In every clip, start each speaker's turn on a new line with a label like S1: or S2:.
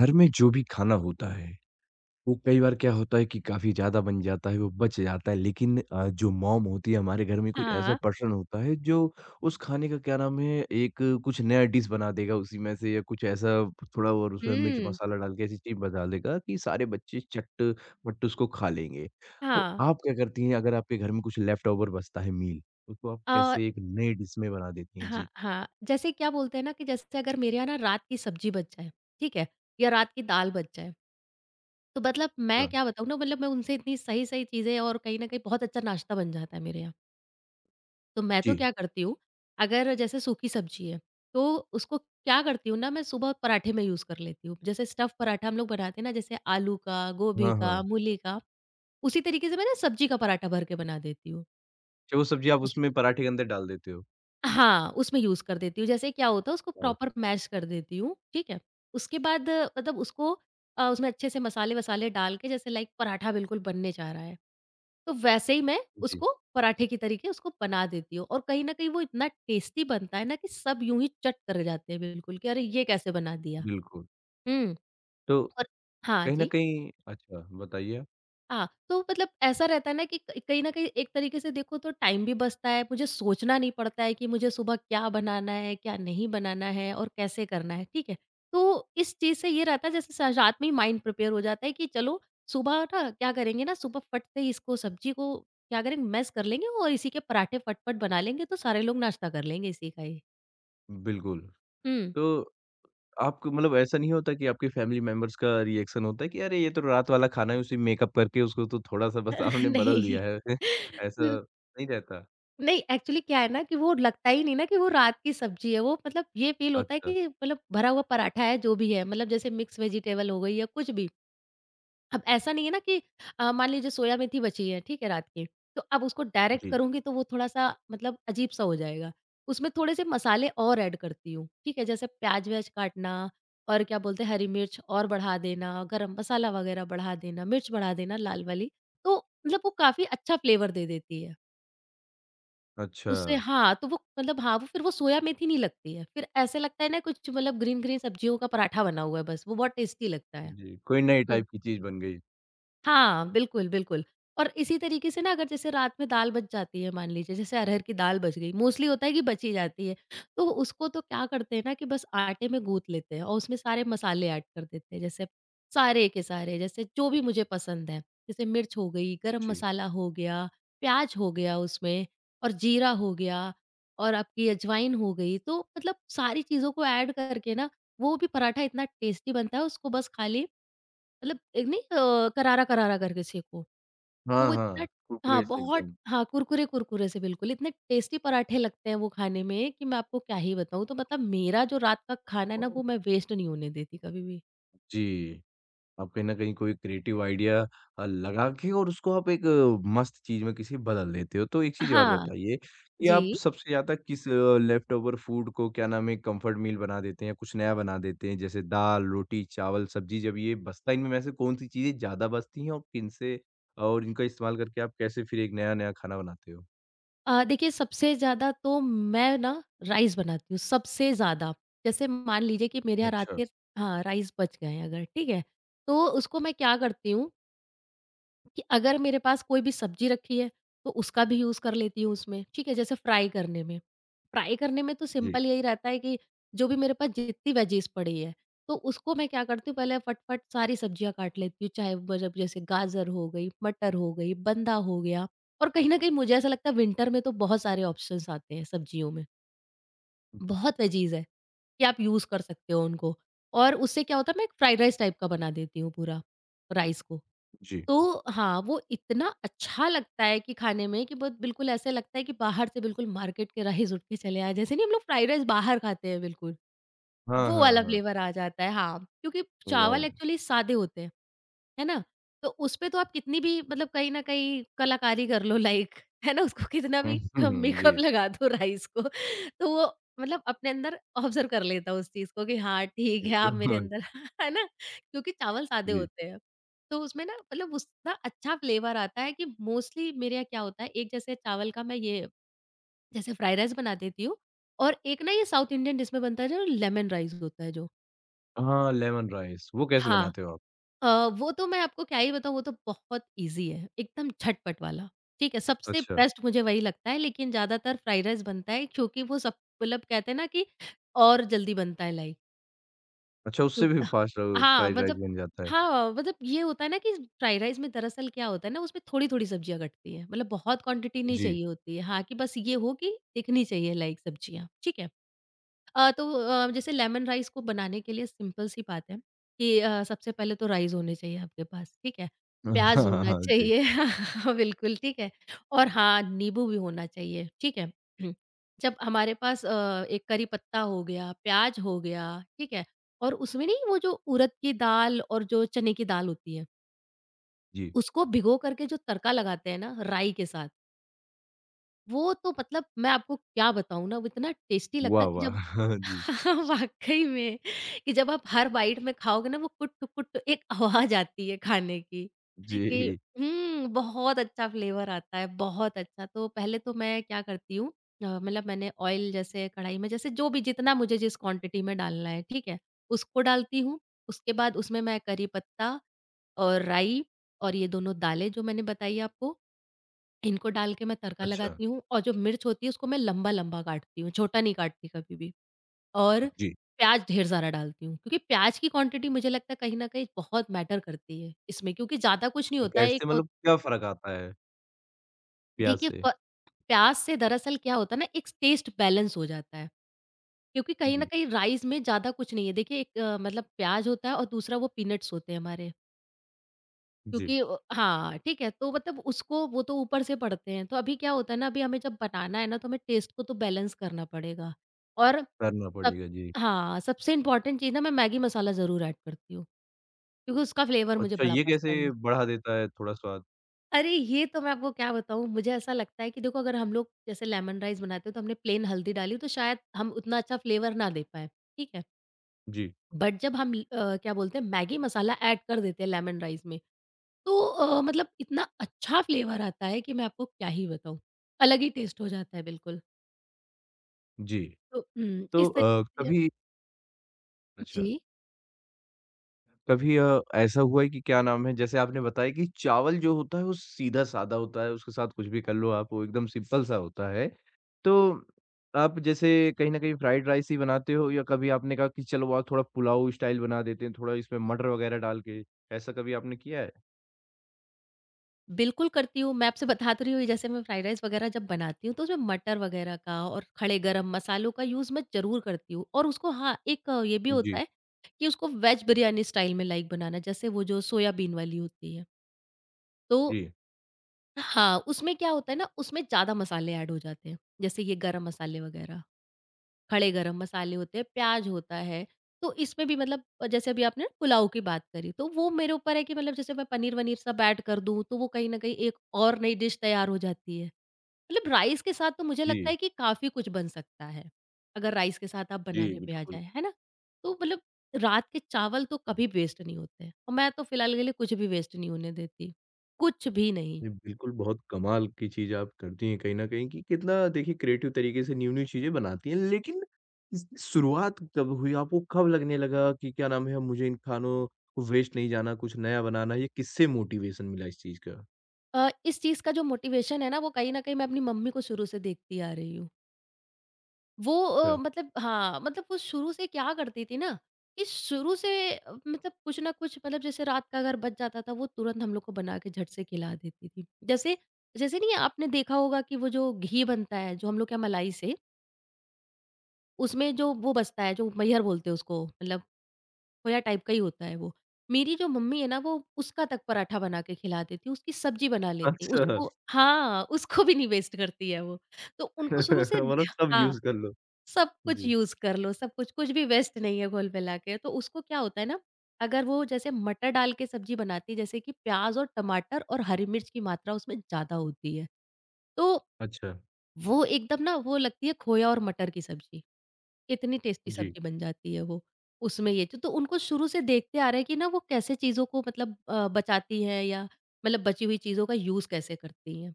S1: घर में जो भी खाना होता है, वो कई बार क्या होता है कि काफ़ी ज़्यादा बन जाता है, वो बच जाता है। लेकिन जो मॉम होती है हमारे घर में कोई ऐसा
S2: हाँ।
S1: पर्सन होता है जो उस खाने का क्या नाम है एक कुछ नया डिश बना देगा उसी में से या कुछ ऐसा थोड़ा और उसमें मिर्च
S2: हुँ।
S1: मसाला डाल के ऐसी चीज़ बना देगा कि सारे बच्चे चट-पट उसको खा लेंगे। तो
S2: हाँ।
S1: आप क्या करती हैं अगर आपके घर में कुछ लेफ्ट ओवर बचता है मील, उसको आप
S2: अ,
S1: कैसे एक नए डिश में बना देती हैं? जी,
S2: हाँ, हाँ। जैसे क्या बोलते हैं ना कि जैसे अगर मेरे यहाँ ना रात की सब्ज़ी बच जाए, ठीक है? या रात की दाल बच जाए, तो मतलब मैं
S1: हाँ।
S2: क्या बताऊँ ना मतलब मैं उनसे इतनी सही-सही चीज़ें और कहीं न कहीं बहुत अच्छा नाश्ता बन जाता है मेरे यहाँ। तो मैं तो
S1: जी।
S2: क्या करती हूँ, अगर जैसे सूखी सब्ज़ी है, तो उसको क्या करती हूँ ना मैं सुबह पराठे में यूज़ कर लेती हूँ। जैसे स्टफ़ पराठा हम लोग बनाते हैं ना जैसे आलू का, गोभी
S1: हाँ,
S2: का,
S1: हाँ।
S2: मूली का, उसी तरीके से मैं ना सब्ज़ी का पराठा भर के बना देती हूँ।
S1: अच्छा वो सब्ज़ी आप उसमें पराठे के अंदर डाल देते हो?
S2: हाँ, उसमें यूज़ कर देती हूँ। जैसे क्या होता है उसको
S1: वाओ!
S2: प्रॉपर मैश कर देती हूँ, ठीक है? उसके बाद मतलब उसको उसमें अच्छे से मसाले-वसाले डाल के जैसे लाइक पराठा बिल्कुल बनने जा रहा है, तो वैसे ही मैं
S1: जी,
S2: उसको पराठे की तरीके उसको बना देती हूँ और कहीं न कहीं वो इतना टेस्टी बनता है ना कि सब यूँ ही चट कर जाते हैं बिल्कुल कि अरे! ये कैसे बना दिया?
S1: बिल्कुल।
S2: हुँ,
S1: तो
S2: और हाँ
S1: कहीं न
S2: जी।
S1: कहीं अच्छा, बताइए आप?
S2: हाँ, तो मतलब ऐसा रहता है ना कि क कहीं न कहीं एक तरीके से देखो तो टाइम भी बचता है, मुझे सोचना नहीं पड़ता है कि मुझे सुबह क्या बनाना है, क्या नहीं बनाना है और कैसे करना है, ठीक है? तो इस चीज़ से ये रहता है जैसे स रात में ही माइंड प्रिपेयर हो जाता है कि चलो सुबह ना क्या करेंगे ना सुबह फट से ही इसको सब्जी को क्या करेंगे मैश कर लेंगे और इसी के पराठे फट-फट बना लेंगे तो सारे लोग नाश्ता कर लेंगे इसी का ही।
S1: बिल्कुल,
S2: हुँ।
S1: तो आपको मतलब ऐसा नहीं होता कि आपके फैमिली मेंबर्स का रिएक्शन होता है कि अरे! ये तो रात वाला खाना है, उसी में मेकअप करके उसको तो थोड़ा-सा बस आपने बदल
S2: नहीं।
S1: दिया है। ऐसा नहीं रहता?
S2: नहीं, एक्चुअली क्या है ना कि वो लगता ही नहीं ना कि वो रात की सब्ज़ी है, वो मतलब ये फ़ील होता है
S1: अच्छा,
S2: कि मतलब भरा हुआ पराठा है, जो भी है, मतलब जैसे मिक्स वेजिटेबल हो गई या कुछ भी। अब ऐसा नहीं है ना कि मान लीजिए सोया मेथी बची है, ठीक है, रात की, तो अब उसको डायरेक्ट
S1: जी।
S2: करूँगी तो वो थोड़ा-सा मतलब अजीब-सा हो जाएगा। उसमें थोड़े से मसाले और ऐड करती हूँ, ठीक है, जैसे प्याज़-व्याज़ काटना और क्या बोलते हैं, हरी मिर्च और बढ़ा देना, गरम मसाला वग़ैरह बढ़ा देना, मिर्च बढ़ा देना लाल वाली, तो मतलब वो काफ़ी अच्छा फ्लेवर दे देती है।
S1: अच्छा,
S2: उससे हाँ, तो वो मतलब हाँ, वो फिर वो सोया मेथी नहीं लगती है। फिर ऐसे लगता है ना कुछ मतलब ग्रीन-ग्रीन सब्जियों का पराठा बना हुआ है बस, वो बहुत टेस्टी लगता है।
S1: जी, कोई नए
S2: हुँ।
S1: टाइप की चीज़ बन गई।
S2: हाँ, बिल्कुल, बिल्कुल। और इसी तरीके से ना अगर जैसे रात में दाल बच जाती है मान लीजिए, जैसे अरहर की दाल बच गई, मोस्टली होता है कि बची जाती है। तो उसको तो क्या करते हैं ना कि बस आटे में गूँथ लेते हैं और उसमें सारे मसाले ऐड कर देते हैं, जैसे सारे के सारे, जैसे जो भी मुझे पसंद है। जैसे मिर्च हो गई, गरम
S1: जी।
S2: मसाला हो गया, प्याज़ हो गया उसमें और जीरा हो गया और आपकी अजवाइन हो गई। तो मतलब सारी चीज़ों को ऐड करके ना, वो भी पराठा इतना टेस्टी बनता है, उसको बस खाली मतलब एक नहीं करारा-करारा करके सेंको, तो
S1: हाँ,
S2: वो
S1: हाँ,
S2: इतना हाँ,
S1: कुरकुरे से
S2: बहुत
S1: एकदम।
S2: हाँ, कुरकुरे-कुरकुरे से बिल्कुल, इतने टेस्टी पराठे लगते हैं वो खाने में कि मैं आपको क्या ही बताऊँ। तो मतलब मेरा जो रात का खाना है ना,
S1: वाह।
S2: वो मैं वेस्ट नहीं होने देती कभी भी।
S1: जी। आप कहीं न कहीं कोई क्रिएटिव आइडिया लगा के और उसको आप एक मस्त चीज़ में किसी बदल देते हो। तो एक चीज़ और
S2: हाँ,
S1: बताइए कि आप
S2: जी।
S1: सबसे ज़्यादा किस लेफ्टओवर फूड को क्या नाम है कम्फर्ट मील बना देते हैं, या कुछ नया बना देते हैं? जैसे दाल, रोटी, चावल, सब्ज़ी जब ये बचता है इनमें में से कौन-सी चीज़ें ज़्यादा बचती हैं और किनसे और इनका इस्तेमाल करके आप कैसे फिर एक नया-नया खाना बनाते हो?
S2: देखिए सबसे ज़्यादा तो मैं ना राइस बनाती हूँ, सबसे ज़्यादा। जैसे मान लीजिए कि मेरे यहाँ रात
S1: अच्छा।
S2: के हाँ, राइस बच गए हैं अगर, ठीक है? तो उसको मैं क्या करती हूँ कि अगर मेरे पास कोई भी सब्जी रखी है, तो उसका भी यूज़ कर लेती हूँ उसमें, ठीक है? जैसे फ्राई करने में। फ्राई करने में तो
S1: जी,
S2: सिंपल यही रहता है कि जो भी मेरे पास जितनी वेजीज़ पड़ी है, तो उसको मैं क्या करती हूँ पहले फटाफट सारी सब्जियाँ काट लेती हूँ, चाहे वो जब जैसे गाजर हो गई, मटर हो गई, बंधा हो गया और कहीं न कहीं मुझे ऐसा लगता है विंटर में तो बहुत सारे ऑप्शंस आते हैं सब्जियों में। बहुत लज़ीज़ है, कि आप यूज़ कर सकते हो उनको और उससे क्या होता है मैं एक फ्राइड राइस टाइप का बना देती हूँ पूरा, राइस को।
S1: जी।
S2: तो हाँ, वो इतना अच्छा लगता है कि खाने में कि बहुत बिल्कुल ऐसे लगता है कि बाहर से बिल्कुल मार्केट के राइस उठ के चले आए, जैसे नहीं हम लोग फ्राइड राइस बाहर खाते हैं बिल्कुल।
S1: हाँ,
S2: वो
S1: हाँ,
S2: वाला
S1: हाँ।
S2: फ्लेवर आ जाता है, हाँ। क्योंकि चावल
S1: वाओ!
S2: एक्चुअली सादे होते हैं, है ना? तो उसपे तो आप कितनी भी मतलब कहीं न कहीं कलाकारी कर लो लाइक, है ना? उसको कितना
S1: हुँ,
S2: भी
S1: हुँ,
S2: कम
S1: हुँ।
S2: मेकअप
S1: जी।
S2: लगा दो राइस को, तो वो मतलब अपने अंदर ऑब्ज़र्व कर लेता है उस चीज़ को कि हाँ, ठीक है, आप मेरे
S1: बिल्कुल।
S2: अंदर है ना? क्योंकि चावल सादे
S1: जी।
S2: होते हैं। तो उसमें ना मतलब उसका अच्छा फ्लेवर आता है कि मोस्टली मेरे यहाँ क्या होता है, एक जैसे चावल का मैं ये जैसे फ्राइड राइस बना देती हूँ और एक ना ये साउथ इंडियन डिश में बनता है जो लेमन राइस होता है जो।
S1: हाँ, लेमन राइस। वो कैसे
S2: हाँ।
S1: बनाते हो आप?
S2: वो तो मैं आपको क्या ही बताऊँ वो तो बहुत ईज़ी है, एकदम झटपट वाला। ठीक है, सबसे
S1: अच्छा।
S2: बेस्ट मुझे वही लगता है लेकिन ज़्यादातर फ्राइड राइस बनता है क्योंकि वो सब मतलब कहते हैं ना कि और जल्दी बनता है लाइक
S1: अच्छा,
S2: क्यों
S1: उससे भी फास्ट
S2: हाँ,
S1: फ्राइड राइस
S2: मतलब
S1: बन जाता है।
S2: हाँ, मतलब ये होता है ना कि फ्राइड राइस में दरअसल क्या होता है ना उसमें थोड़ी-थोड़ी सब्जियाँ कटती हैं। मतलब बहुत क्वांटिटी नहीं
S1: जी।
S2: चाहिए होती है। हाँ, कि बस ये हो कि दिखनी चाहिए लाइक सब्जियाँ, ठीक है। तो जैसे लेमन राइस को बनाने के लिए सिंपल सी बात है कि सबसे पहले तो राइस होने चाहिए आपके पास, ठीक है? प्याज़
S1: हाँ, हाँ,
S2: होना
S1: हाँ। जी,
S2: चाहिए बिल्कुल, ठीक है? और हाँ, नींबू भी होना चाहिए, ठीक है? जब हमारे पास एक करी पत्ता हो गया, प्याज़ हो गया, ठीक है? और उसमें नहीं वो जो उड़द की दाल और जो चने की दाल होती है,
S1: जी।
S2: उसको भिगो कर के जो तड़का लगाते हैं ना राई के साथ, वो तो मतलब मैं आपको क्या बताऊँ ना, वो इतना टेस्टी लगता
S1: वाह,
S2: है कि जब
S1: वाह! जी,
S2: हाँ, वाक़ई में कि जब आप हर बाइट में खाओगे ना वो कुट-कुट एक आवाज़ आती है खाने की कि
S1: जी।
S2: हुँ, बहुत अच्छा फ्लेवर आता है, बहुत अच्छा। तो पहले तो मैं क्या करती हूँ मतलब मैंने ऑयल जैसे कढ़ाई में जैसे जो भी जितना मुझे जिस क्वांटिटी में डालना है, ठीक है? उसको डालती हूँ। उसके बाद उसमें मैं करी पत्ता और राई और ये दोनों दालें जो मैंने बताई आपको, इनको डाल के मैं तड़का
S1: अच्छा,
S2: लगाती हूँ और जो मिर्च होती है उसको मैं लंबा-लंबा काटती हूँ, छोटा नहीं काटती कभी भी। और
S1: जी।
S2: प्याज़ ढेर सारा डालती हूँ, क्योंकि प्याज़ की क्वांटिटी मुझे लगता है कहीं न कहीं बहुत मैटर करती है इसमें क्योंकि ज़्यादा कुछ नहीं
S1: तो
S2: होता है एक
S1: कैसे
S2: हो
S1: मतलब क्या फ़र्क आता है प्याज़
S2: देखिए
S1: से?
S2: प प्याज़ से दरअसल क्या होता है ना एक टेस्ट बैलेंस हो जाता है। क्योंकि कहीं न
S1: जी,
S2: कहीं राइस में ज़्यादा कुछ नहीं है। देखिए एक मतलब प्याज़ होता है और दूसरा वो पीनट्स होते हैं हमारे।
S1: जी।
S2: क्योंकि हाँ, ठीक है, तो मतलब उसको वो तो ऊपर से पढ़ते हैं, तो अभी क्या होता है ना, अभी हमें जब बनाना है ना, तो हमें टेस्ट को तो बैलेंस करना पड़ेगा और
S1: करना
S2: सब
S1: पड़ेगा, जी।
S2: हाँ, सबसे इम्पोर्टेंट चीज़ ना मैं मैगी मसाला ज़रूर ऐड करती हूँ, क्योंकि उसका फ्लेवर मुझे
S1: अच्छा,
S2: बड़ा
S1: ये कैसे
S2: पसंद है।
S1: बढ़ा देता है थोड़ा स्वाद?
S2: अरे! ये तो मैं आपको क्या बताऊँ, मुझे ऐसा लगता है कि देखो अगर हम लोग जैसे लेमन राइस बनाते हैं, तो हमने प्लेन हल्दी डाली, तो शायद हम उतना अच्छा फ्लेवर ना दे पाएँ, ठीक है?
S1: जी,
S2: बट जब क्या बोलते हैं मैगी मसाला ऐड कर देते हैं लेमन राइस में तो मतलब इतना अच्छा फ्लेवर आता है कि मैं आपको क्या ही बताऊँ, अलग ही टेस्ट हो जाता है बिल्कुल।
S1: जी।
S2: तो
S1: तो
S2: इस तरीके से।
S1: कभी
S2: जी।
S1: अच्छा। कभी ऐसा हुआ है कि क्या नाम है, जैसे आपने बताया कि चावल जो होता है, वो सीधा-सादा होता है, उसके साथ कुछ भी कर लो आप, वो एकदम सिंपल-सा होता है। तो आप जैसे कहीं न कहीं फ्राइड राइस ही बनाते हो या कभी आपने कहा कि चलो आज थोड़ा पुलाव स्टाइल बना देते हैं, थोड़ा इसमें मटर वगैरह डाल के, ऐसा कभी आपने किया है?
S2: बिल्कुल करती हूँ, मैं आपसे बता तो रही हूँ जैसे मैं फ्राइड राइस वगैरह जब बनाती हूँ तो उसमें मटर वगैरह का और खड़े गरम मसालों का यूज़ मैं ज़रूर करती हूँ और उसको हाँ, एक ये भी होता
S1: जी।
S2: है कि उसको वेज बिरयानी स्टाइल में लाइक बनाना जैसे वो जो सोयाबीन वाली होती है। तो
S1: जी।
S2: हाँ, उसमें क्या होता है ना उसमें ज़्यादा मसाले ऐड हो जाते हैं, जैसे ये गरम मसाले वगैरह। खड़े गरम मसाले होते हैं, प्याज होता है। तो इसमें भी मतलब जैसे अभी आपने पुलाव की बात करी, तो वो मेरे ऊपर है कि मतलब जैसे मैं पनीर-वनीर सब ऐड कर दूँ, तो वो कहीं न कहीं एक और नई डिश तैयार हो जाती है। मतलब राइस के साथ तो मुझे लगता
S1: जी।
S2: है कि काफ़ी कुछ बन सकता है, अगर राइस के साथ आप
S1: जी,
S2: बनाने पे आ
S1: बिल्कुल।
S2: जाएँ, है ना? तो मतलब रात के चावल तो कभी वेस्ट नहीं होते हैं और मैं तो फ़िलहाल के लिए कुछ भी वेस्ट नहीं होने देती, कुछ भी नहीं।
S1: जी, बिल्कुल, बहुत कमाल की चीज़ आप करती हैं कहीं न कहीं कि कितना देखिए क्रिएटिव तरीके से न्यू-न्यू चीज़ें बनाती हैं। लेकिन इसकी शुरुआत कब हुई? आपको कब लगने लगा कि क्या नाम है अब मुझे इन खानों को वेस्ट नहीं जाना, कुछ नया बनाना है? ये किससे मोटिवेशन मिला इस चीज़ का?
S2: इस चीज़ का जो मोटिवेशन है ना, वो कहीं न कहीं मैं अपनी मम्मी को शुरू से देखती आ रही हूँ। वो
S1: अच्छा,
S2: हाँ, मतलब वो शुरू से क्या करती थी ना, कि शुरू से मतलब कुछ ना कुछ मतलब जैसे रात का अगर बच जाता था, वो तुरंत हम लोग को बना के झट से खिला देती थी। जैसे जैसे नहीं आपने देखा होगा कि वो जो घी बनता है, जो हम लोग क्या मलाई से, उसमें जो वो बचता है, जो मैहर बोलते हैं उसको, मतलब खोया टाइप का ही होता है वो। मेरी जो मम्मी है ना, वो उसका तक पराठा बना के खिला देती, उसकी सब्जी बना लेती,
S1: अच्छा
S2: उसको हाँ, उसको भी नहीं वेस्ट करती है वो। तो उनको शुरू से
S1: मतलब
S2: ध्या
S1: सब
S2: हाँ,
S1: यूज़ कर लो।
S2: सब कुछ
S1: जी,
S2: यूज़ कर लो, सब कुछ, कुछ भी वेस्ट नहीं है घुल-मिला के। तो उसको क्या होता है ना, अगर वो जैसे मटर डाल के सब्ज़ी बनाती है, जैसे कि प्याज़ और टमाटर और हरी मिर्च की मात्रा उसमें ज़्यादा होती है, तो
S1: अच्छा।
S2: वो एकदम ना वो लगती है खोया और मटर की सब्ज़ी। इतनी टेस्टी
S1: जी,
S2: सब्ज़ी बन जाती है वो, तो उनको शुरू से देखते आ रहे हैं कि ना वो कैसे चीज़ों को मतलब बचाती हैं या मतलब बची हुई चीज़ों का यूज़ कैसे करती हैं।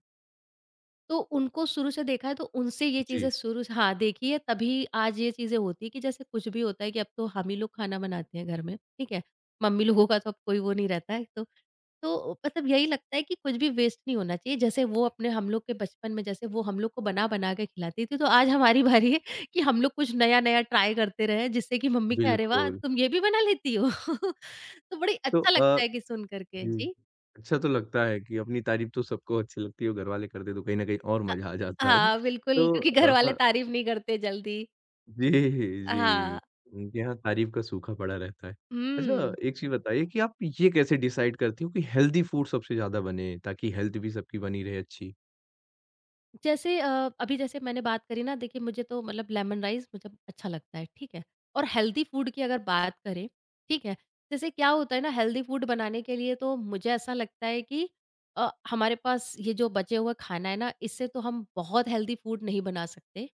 S2: तो उनको शुरू से देखा है तो उनसे ये
S1: जी,
S2: चीज़ें शुरू से हाँ, देखिए तभी आज ये चीज़ें होती है कि जैसे कुछ भी होता है कि अब तो हम ही लोग खाना बनाते हैं घर में, ठीक है? मम्मी लोगों का तो अब कोई वो नहीं रहता है तो मतलब यही लगता है कि कुछ भी वेस्ट नहीं होना चाहिए। जैसे वो अपने हम लोग के बचपन में जैसे वो हम लोग को बना-बना के खिलाती थी, तो आज हमारी बारी है कि हम लोग कुछ नया-नया ट्राई करते रहें जिससे कि मम्मी कहे, "अरे वाह!
S1: बिल्कुल।
S2: तुम ये भी बना लेती हो?" तो बड़ी
S1: तो
S2: अच्छा लगता है कि सुन कर के।
S1: जी,
S2: जी।
S1: अच्छा तो लगता है कि अपनी तारीफ़ तो सबको अच्छी लगती है और घरवाले कर दें तो कहीं न कहीं और
S2: अ,
S1: मज़ा आ जाता है।
S2: हाँ, बिल्कुल
S1: तो
S2: क्योंकि घर वाले
S1: अ
S2: तारीफ़ नहीं करते जल्दी।
S1: जी, जी।
S2: हाँ।
S1: उनके यहाँ तारीफ़ का सूखा पड़ा रहता है। अच्छा
S2: हुँ।
S1: एक चीज़ बताइए कि आप ये कैसे डिसाइड करती हो कि हेल्दी फूड सबसे ज़्यादा बने ताकि हेल्थ भी सबकी बनी रहे अच्छी?
S2: जैसे अभी जैसे मैंने बात करी ना देखिए मुझे तो मतलब लेमन राइस मतलब अच्छा लगता है, ठीक है? और हेल्दी फूड की अगर बात करें, ठीक है? जैसे क्या होता है ना हेल्दी फूड बनाने के लिए तो मुझे ऐसा लगता है कि हमारे पास ये जो बचे हुए खाना है ना इससे तो हम बहुत हेल्दी फूड नहीं बना सकते।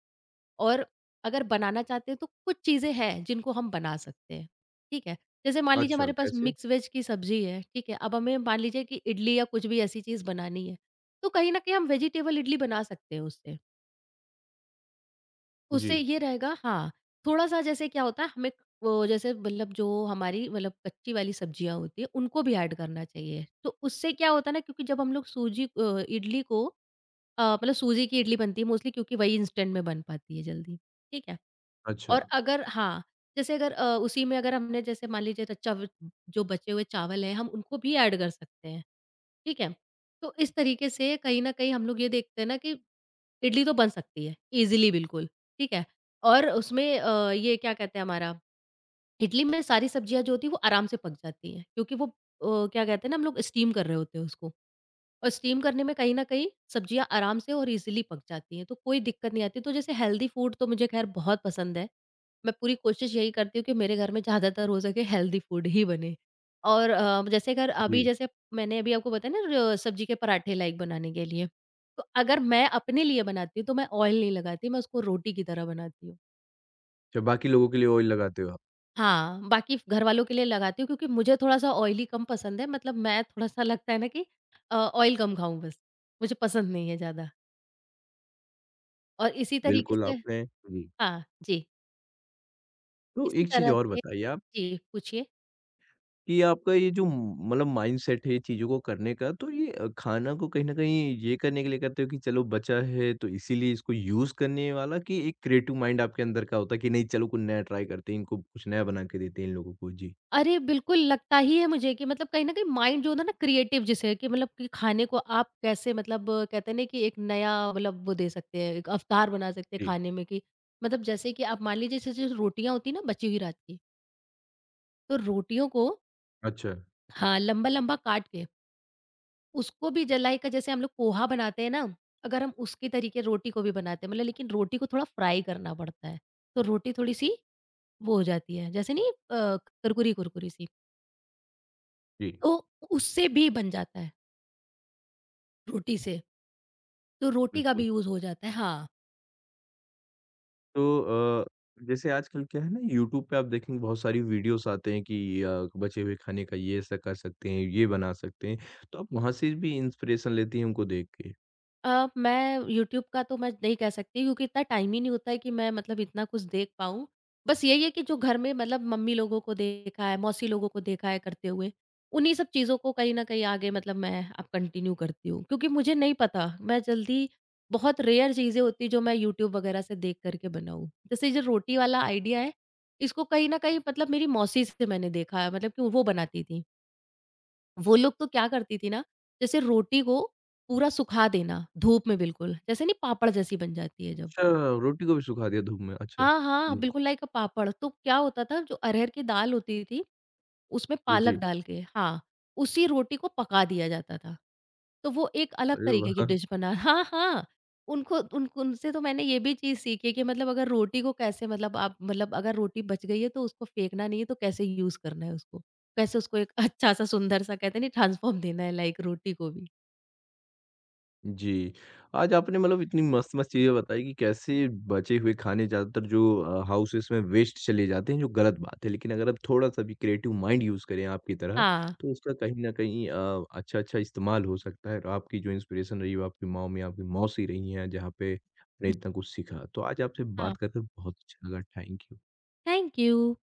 S2: और अगर बनाना चाहते हैं तो कुछ चीज़ें हैं जिनको हम बना सकते हैं, ठीक है? जैसे मान लीजिए
S1: अच्छा,
S2: हमारे पास
S1: कैसे?
S2: मिक्स वेज की सब्ज़ी है, ठीक है? अब हमें मान लीजिए कि इडली या कुछ भी ऐसी चीज़ बनानी है, तो कहीं न कहीं हम वेजिटेबल इडली बना सकते हैं उससे।
S1: जी,
S2: उससे ये रहेगा हाँ, थोड़ा-सा जैसे क्या होता है हमें वो जैसे मतलब जो हमारी मतलब कच्ची वाली सब्ज़ियाँ होती हैं उनको भी ऐड करना चाहिए। तो उससे क्या होता है ना क्योंकि जब हम लोग इडली को मतलब सूजी की इडली बनती है मोस्टली क्योंकि वही इंस्टेंट में बन पाती है जल्दी, ठीक है?
S1: अच्छा,
S2: और अगर हाँ, जैसे अगर उसी में अगर हमने जैसे मान लीजिए तो चव जो बचे हुए चावल हैं, हम उनको भी ऐड कर सकते हैं, ठीक है? तो इस तरीके से कहीं न कहीं हम लोग ये देखते हैं ना कि इडली तो बन सकती है, ईज़िली बिल्कुल, ठीक है? और उसमें ये क्या कहते हैं हमारा इडली में सारी सब्जियाँ जो होती हैं, वो आराम से पक जाती हैं, क्योंकि वो क्या कहते हैं ना, हम लोग स्टीम कर रहे होते हैं उसको। और स्टीम करने में कहीं न कहीं सब्जियाँ आराम से और ईज़िली पक जाती हैं, तो कोई दिक्कत नहीं आती। तो जैसे हेल्दी फूड तो मुझे ख़ैर बहुत पसंद है। मैं पूरी कोशिश यही करती हूँ कि मेरे घर में ज़्यादातर हो सके हेल्दी फूड ही बने। और जैसे अगर अभी
S1: जी।
S2: जैसे मैंने अभी आपको बताया ना र सब्जी के पराठे लाइक बनाने के लिए, तो अगर मैं अपने लिए बनाती हूँ तो मैं ऑयल नहीं लगाती, मैं उसको रोटी की तरह बनाती हूँ।
S1: अच्छा बाकी लोगों के लिए ऑयल लगाते हो आप।
S2: हाँ, बाकी घरवालों के लिए लगाती हूँ क्योंकि मुझे थोड़ा-सा ऑयली कम पसंद है। मतलब मैं थोड़ा-सा लगता है ना कि ऑयल कम खाऊँ बस, मुझे पसंद नहीं है ज़्यादा। और इसी तरीके
S1: बिल्कुल
S2: से
S1: आपने जी।
S2: हाँ, जी।
S1: तो
S2: इसी
S1: एक चीज़
S2: तरह
S1: और
S2: से
S1: बताइए आप
S2: जी, पूछिए।
S1: कि आपका ये जो मतलब माइंडसेट है चीज़ों को करने का, तो ये खाना को कहीं न कहीं ये करने के लिए करते हो कि चलो बचा है तो इसीलिए इसको यूज़ करने वाला कि एक क्रिएटिव माइंड आपके अंदर का होता है कि नहीं चलो कुछ नया ट्राई करते हैं, इनको कुछ नया बना के देते हैं इन लोगों को? जी।
S2: अरे! बिल्कुल लगता ही है मुझे कि मतलब कहीं न कहीं माइंड जो होता है ना क्रिएटिव जिसे कि मतलब कि खाने को आप कैसे मतलब कहते हैं ना कि एक नया मतलब वो दे सकते हैं, एक अवतार बना सकते हैं
S1: जी।
S2: खाने में कि मतलब जैसे कि आप मान लीजिए जैसे जो रोटियाँ होती हैं ना बची हुई रात की, तो रोटियों को
S1: अच्छा।
S2: हाँ, लंबा-लंबा काट के उसको भी जलाई का जैसे हम लोग पोहा बनाते हैं ना, अगर हम उसके तरीके रोटी को भी बनाते हैं मतलब लेकिन रोटी को थोड़ा फ्राई करना पड़ता है, तो रोटी थोड़ी-सी वो हो जाती है जैसे नहीं कुरकुरी-कुरकुरी सी,
S1: जी,
S2: तो उससे भी बन जाता है रोटी से, तो रोटी का
S1: बिल्कुल।
S2: भी यूज़ हो जाता है। हाँ,
S1: तो जैसे आजकल क्या है ना यूट्यूब पे आप देखेंगे बहुत सारी वीडियोज़ आते हैं कि बचे हुए खाने का ये ऐसा कर सकते हैं, ये बना सकते हैं। तो आप वहाँ से भी इंस्पिरेशन लेती हैं उनको देख के?
S2: मैं यूट्यूब का तो मैं नहीं कह सकती क्योंकि इतना टाइम ही नहीं होता है कि मैं मतलब इतना कुछ देख पाऊँ। बस यही है कि जो घर में मतलब मम्मी लोगों को देखा है, मौसी लोगों को देखा है करते हुए, उन्हीं सब चीज़ों को कहीं न कहीं आगे मतलब मैं अब कंटिन्यू करती हूँ। क्योंकि मुझे नहीं पता, मैं जल्दी बहुत रेयर चीज़ें होती हैं जो मैं यूट्यूब वगैरह से देख कर के बनाऊँ। जैसे ये जो रोटी वाला आइडिया है, इसको कहीं न कहीं मतलब मेरी मौसी से मैंने देखा है मतलब कि वो बनाती थीं। वो लोग तो क्या करती थी ना, जैसे रोटी को पूरा सुखा देना, धूप में बिल्कुल, जैसे नहीं पापड़ जैसी बन जाती है जब।
S1: अच्छा, रोटी को भी सुखा दिया धूप में, अच्छा।
S2: हाँ, हाँ,
S1: जी।
S2: बिल्कुल पापड़, तो क्या होता था जो अरहर की दाल होती थी, उसमें पालक
S1: जी।
S2: डाल के हाँ, उसी रोटी को पका दिया जाता था। तो वो एक अलग
S1: अरे
S2: तरीके की
S1: वाह!
S2: डिश बना हाँ, हाँ, उनको उन उनसे तो मैंने ये भी चीज़ सीखी है कि मतलब अगर रोटी को कैसे मतलब आप मतलब अगर रोटी बच गई है तो उसको फेंकना नहीं है, तो कैसे यूज़ करना है उसको। कैसे उसको एक अच्छा-सा सुंदर-सा कहते हैं नहीं ट्रांसफॉर्म देना है लाइक रोटी को भी।
S1: जी। आज आपने मतलब इतनी मस्त-मस्त चीज़ें बताई कि कैसे बचे हुए खाने ज़्यादातर जो हाउसेस में वेस्ट चले जाते हैं, जो गलत बात है। लेकिन अगर आप थोड़ा-सा भी क्रिएटिव माइंड यूज़ करें आपकी तरह,
S2: Ah,
S1: तो उसका कहीं न कहीं अच्छा-अच्छा इस्तेमाल हो सकता है और आपकी जो इंस्पिरेशन रही वो आपकी माँमी, आपकी मौसी रही हैं, जहाँ पे आपने
S2: j-
S1: इतना कुछ सीखा। तो आज आपसे
S2: ah,
S1: बात कर कर बहुत अच्छा लगा। Thank you.
S2: thank you.